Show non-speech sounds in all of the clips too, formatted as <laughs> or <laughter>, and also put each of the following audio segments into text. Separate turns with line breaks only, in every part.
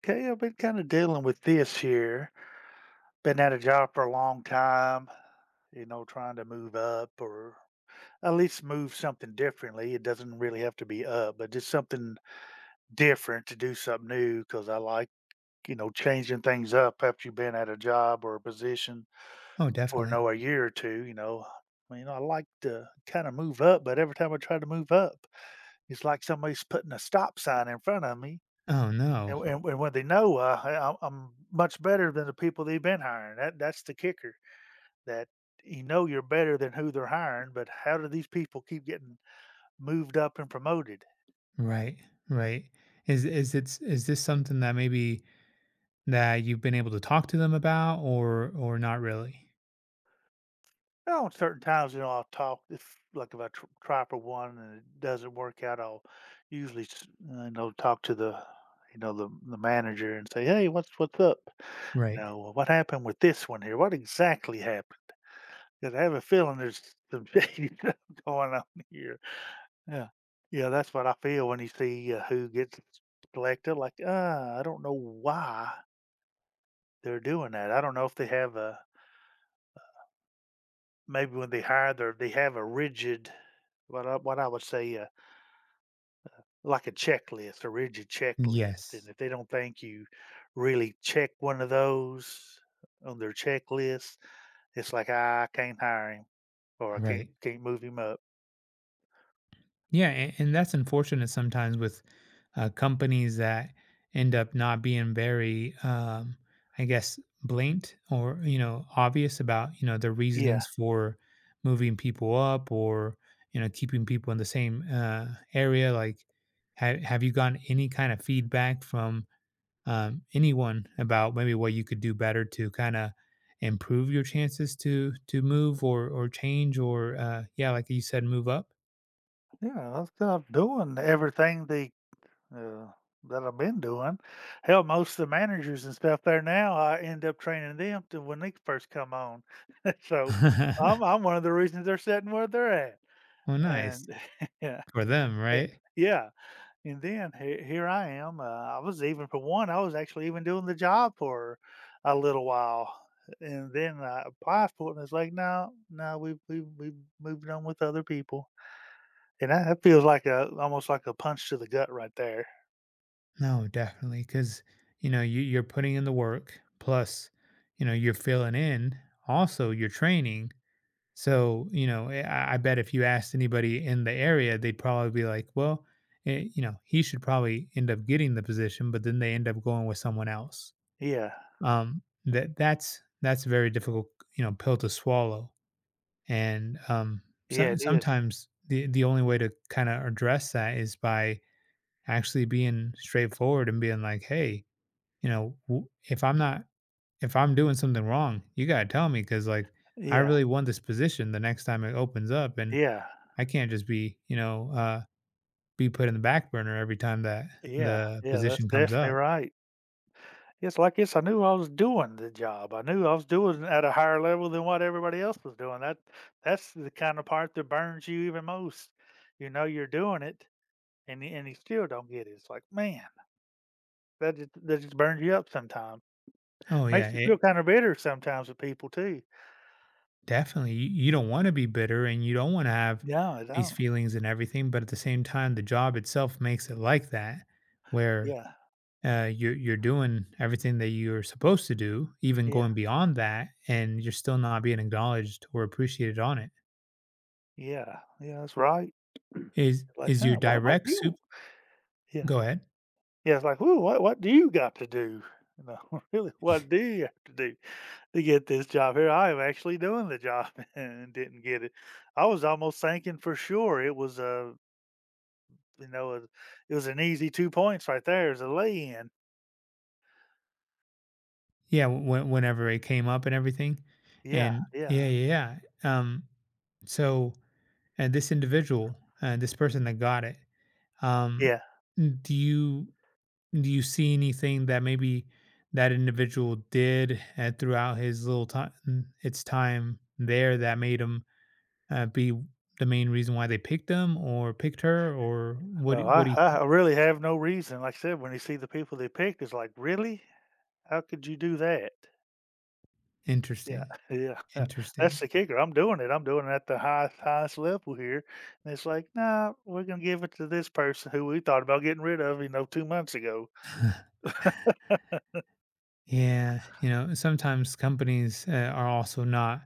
Okay, I've been kind of dealing with this here. Been at a job for a long time, you know, trying to move up or at least move something differently. It doesn't really have to be up, but just something different to do something new because I like, you know, changing things up after you've been at a job or a position
Oh,
for
definitely.
no a year or two, you know. I mean, I like to kind of move up, but every time I try to move up, it's like somebody's putting a stop sign in front of me.
Oh
And
no.
and and when they know, "Hey, I'm much better than the people they've been hiring." That's the kicker, that you know you're better than who they're hiring, but how do these people keep getting moved up and promoted?
Right. Right. Is this something that maybe that you've been able to talk to them about, or not really?
Well, on certain times, you know, I'll talk if like if I tr try for one and it doesn't work out, I'll usually s you know, talk to the you know, the manager and say, "Hey, what's up? You
Right.
know, well, what happened with this one here? What exactly happened? Because I have a feeling there's some shady <laughs> stuff going on here." Yeah. Yeah, that's what I feel when you see, who gets selected, like, I don't know why they're doing that." I don't know if they have a maybe when they hire their they have a rigid what I would say, like a checklist, a rigid checklist, and
Yes.
if they don't think you really check one of those on their checklist, it's like, "Ah, I can't hire him," or, "I can't
Right.
can't move him up."
Yeah, and that's unfortunate sometimes with companies that end up not being very, I guess, blatant or, you know, obvious about, you know, their
Yeah.
reasonings for moving people up, or, you know, keeping people in the same area. Like, have you gotten any kind of feedback from anyone about maybe what you could do better to kind of improve your chances to move or change, or yeah, like you said, move up.
Yeah, those guys doing everything they uh, that I've been doing. Hell, most of the managers and stuff there now, I end up training them to when they first come on. <laughs> So I'm
<laughs>
I'm one of the reasons they're sitting where they're at.
Well, nice
And <laughs> yeah,
for them,
eh,
right?
yeah. And then here I am. I was even for one. I was actually even doing the job for a little while. And then I applied for it, and it's like, no, no, we moved on with other people, and that, that feels like a almost like a punch to the gut right there.
No, definitely, because, you know, you're putting in the work. Plus, you know, you're filling in, also you're training. So, you know, I bet if you asked anybody in the area, they'd probably be like, "Well, you know, he should probably end up getting the position," but then they end up going with someone else.
Yeah,
That's a very difficult, you know, pill to swallow, and, so
yeah, it is.
sometimes the only way to kinda address that is by actually being straightforward and being like, "Hey, you know, if I'm not if I'm doing something wrong, you got to tell me, cuz like I
Yeah,
really want this position the next time it opens up, and
yeah,
I can't just be, you know, be put in the back burner every time that
yeah,
the
yeah, that's
position comes
definitely
up."
right. It's like it's I knew I was doing the job. I knew I was doing it at a higher level than what everybody else was doing. That's the kind of part that burns you even most. You know you're doing it and you still don't get it. It's like, man, that just burns you up sometimes.
Oh yeah,
Makes you feel
it
kind of bitter sometimes with people too.
Definitely, you don't wanna be bitter, and you don't wanna have
No, I
these
don't.
feelings and everything, but at the same time, the job itself makes it like that, where,
Yeah,
you're doing everything that you're supposed to do, even
yeah,
going beyond that, and you're still not being acknowledged or appreciated on it.
yeah, yeah, that's right.
Is
Like,
is your
huh, what
direct
do
soup?
you yeah.
Go ahead.
Yeah, it's like, "Ooh, what do you got to do?" You know, <laughs> really, what do you have to do to get this job here? I am actually doing the job <laughs> and didn't get it. I was almost thinking for sure it was a, it was an easy 2 points right there as a lay-in.
Yeah, whenever it came up and everything,
Yeah,
and
yeah,
yeah, yeah, yeah, so, and this individual, this person that got it, um,
yeah.
do you Do you see anything that maybe that individual did throughout his little time, its time there, that made him be the main reason why they picked him or picked her, or what?
No, I
What do you think?
I really have no reason. Like I said, when you see the people they picked, it's like, "Really? How could you do that?" Yeah,
Interesting,
<laughs> yeah, yeah. That's
interesting.
the kicker. I'm doing it. I'm doing it at the highest highest level here, and it's like, nah, we're gonna give it to this person who we thought about getting rid of, you know, 2 months ago.
<laughs> Yeah, you know, sometimes companies are also not,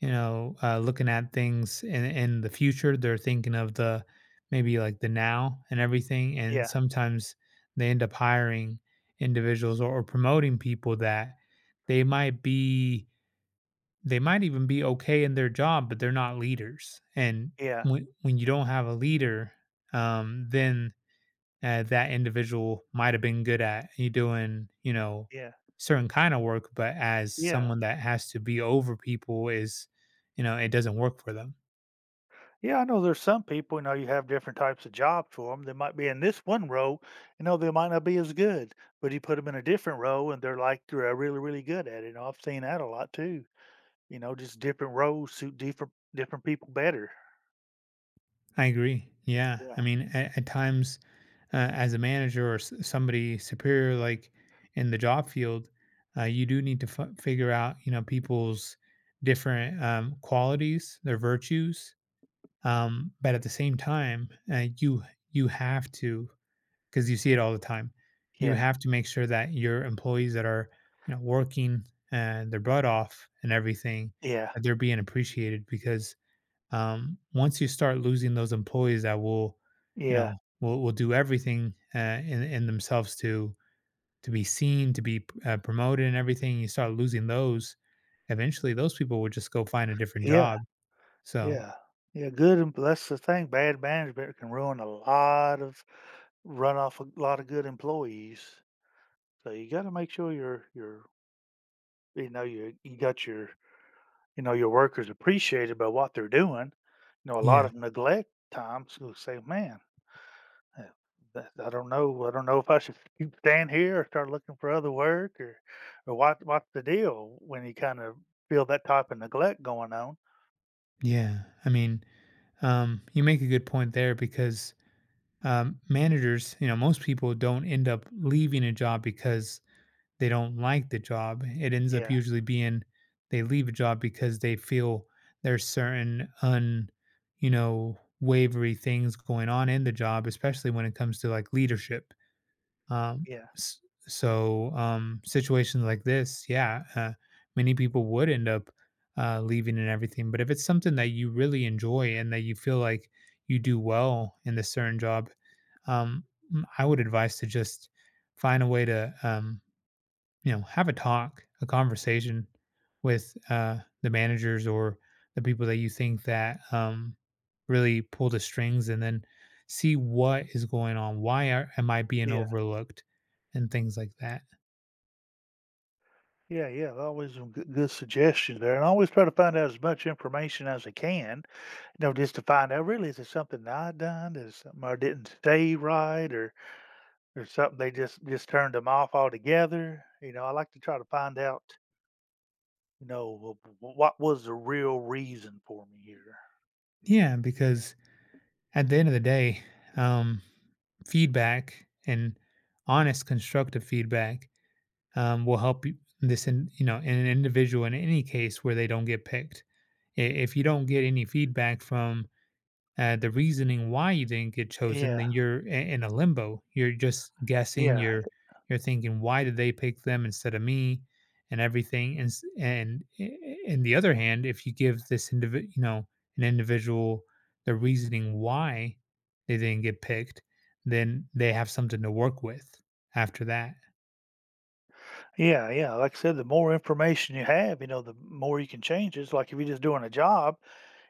you know, looking at things in the future. They're thinking of the maybe like the now and everything. And
Yeah,
sometimes they end up hiring individuals, or promoting people that they might be they might even be okay in their job, but they're not leaders. And
yeah,
when you don't have a leader, then that individual might have been good at you doing, you know,
yeah,
certain kind of work, but as
yeah,
someone that has to be over people, is, you know, it doesn't work for them.
yeah. I know there's some people, you know, you have different types of jobs for them. They might be in this one role, you know, they might not be as good, but you put them in a different role, and they're like they're really, really good at it. You know, I've seen that a lot too. You know, just different roles suit different different people better.
I agree. Yeah,
Yeah,
I mean, at times, as a manager or somebody superior, like in the job field, you do need to figure out, you know, people's different qualities, their virtues, but at the same time, you you have to, because you see it all the time. You
yeah,
have to make sure that your employees that are, you know, working and their butt off and everything,
yeah,
that they're being appreciated, because once you start losing those employees that will, you
yeah,
know, will do everything in themselves to be seen, to be promoted and everything, you start losing those. Eventually, those people will just go find a different
yeah.
job. So
Yeah. Yeah, good and that's the thing, bad management can ruin a lot of run off a lot of good employees. So you gotta make sure you're you know, you got your you know, your workers appreciated by what they're doing. You know, a
yeah,
lot of neglect times will say, man, uh, that, I don't know if I should <laughs> keep staying here or start looking for other work or what's the deal when you kind of feel that type of neglect going on.
yeah. I mean, you make a good point there, because managers, you know, most people don't end up leaving a job because they don't like the job. It ends up
Yeah,
usually being they leave a job because they feel there's certain you know, wavery things going on in the job, especially when it comes to like leadership. Um,
yeah,
s- so situations like this, yeah, many people would end up leaving and everything. But if it's something that you really enjoy and that you feel like you do well in the certain job, um, I would advise to just find a way to, you know, have a talk, a conversation with the managers or the people that you think that really pull the strings, and then see what is going on. Am I being
yeah.
overlooked, and things like that.
Yeah, yeah, always some good, good suggestions there, and I always try to find out as much information as I can. You know, just to find out really is it something that I done, is it something I didn't say right, or something they just turned them off altogether. You know, I like to try to find out. You know, what was the real reason for me here?
Yeah, because at the end of the day, um, feedback and honest, constructive feedback will this in, you know, in an individual, in any case where they don't get picked. I- If you don't get any feedback from the reasoning why you didn't get chosen,
Yeah,
then you're in a limbo. You're just guessing.
yeah.
You're thinking, why did they pick them instead of me, and everything. And and in the other hand, if you give this individual, you know, an individual the reasoning why they didn't get picked, then they have something to work with after that.
Yeah, yeah. Like I said, the more information you have, you know, the more you can change it. It's like if you're just doing a job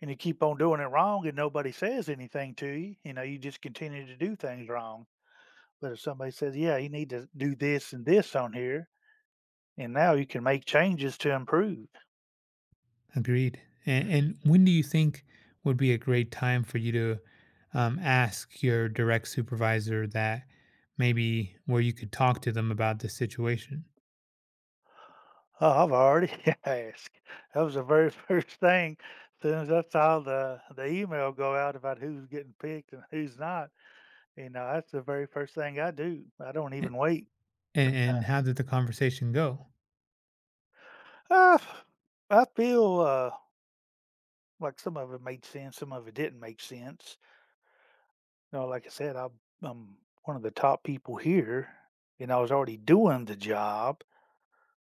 and you keep on doing it wrong and nobody says anything to you, you know, you just continue to do things wrong. But if somebody says, yeah, you need to do this and this on here, and now you can make changes to improve.
Agreed. And when do you think would be a great time for you to ask your direct supervisor that maybe where you could talk to them about this situation?
Oh, I've already <laughs> asked. That was the very <laughs> first thing. As soon as I saw the email go out about who's getting picked and who's not, you know, that's the very first thing I do. I don't
A-
even wait. Uh,
And how did the conversation go?
uh, I feel like some of it made sense, some of it didn't make sense. You know, like I said, I'm one of the top people here, and I was already doing the job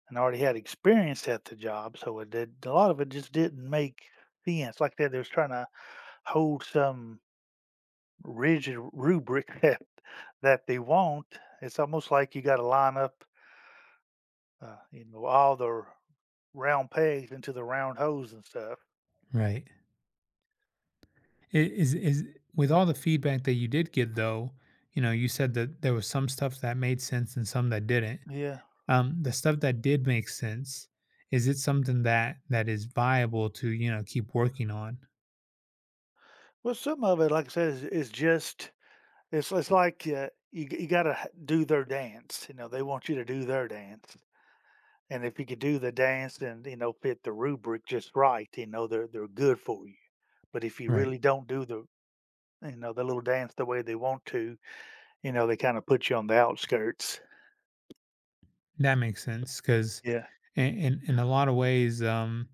and I already had experience at the job, so it did a lot of it just didn't make sense. Like that, they was trying to hold some rigid rubric <laughs> that that they want. It's almost like you got to line up, you know, all the round pegs into the round holes and stuff.
Right. Is with all the feedback that you did get, though, you know, you said that there was some stuff that made sense and some that didn't.
Yeah.
The stuff that did make sense, is it something that is viable to, you know, keep working on?
Well, some of it, like I said, is just it's like you you got to do their dance. You know, they want you to do their dance, and if you could do the dance and you know fit the rubric just right, you know they're good for you. But if you
Right.
really don't do the you know the little dance the way they want to, you know they kind of put you on the outskirts.
That makes sense because
Yeah.
And in a lot of ways,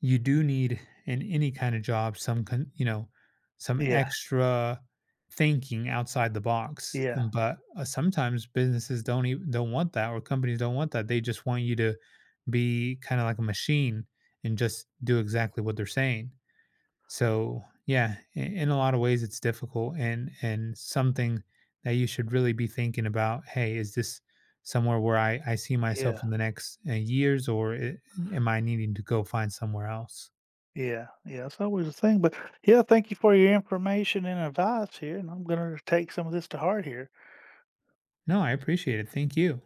you do need in any kind of job some you know, some
Yeah.
extra thinking outside the box.
Yeah.
And but sometimes businesses don't even don't want that, or companies don't want that. They just want you to be kind of like a machine and just do exactly what they're saying. So yeah, in a lot of ways it's difficult, and something that you should really be thinking about. Hey, is this somewhere where I see
Yeah.
myself in the next years, or am I needing to go find somewhere else?
Yeah, yeah, it's always a thing, but yeah, thank you for your information and advice here, and I'm gonna take some of this to heart here.
No, I appreciate it. Thank you.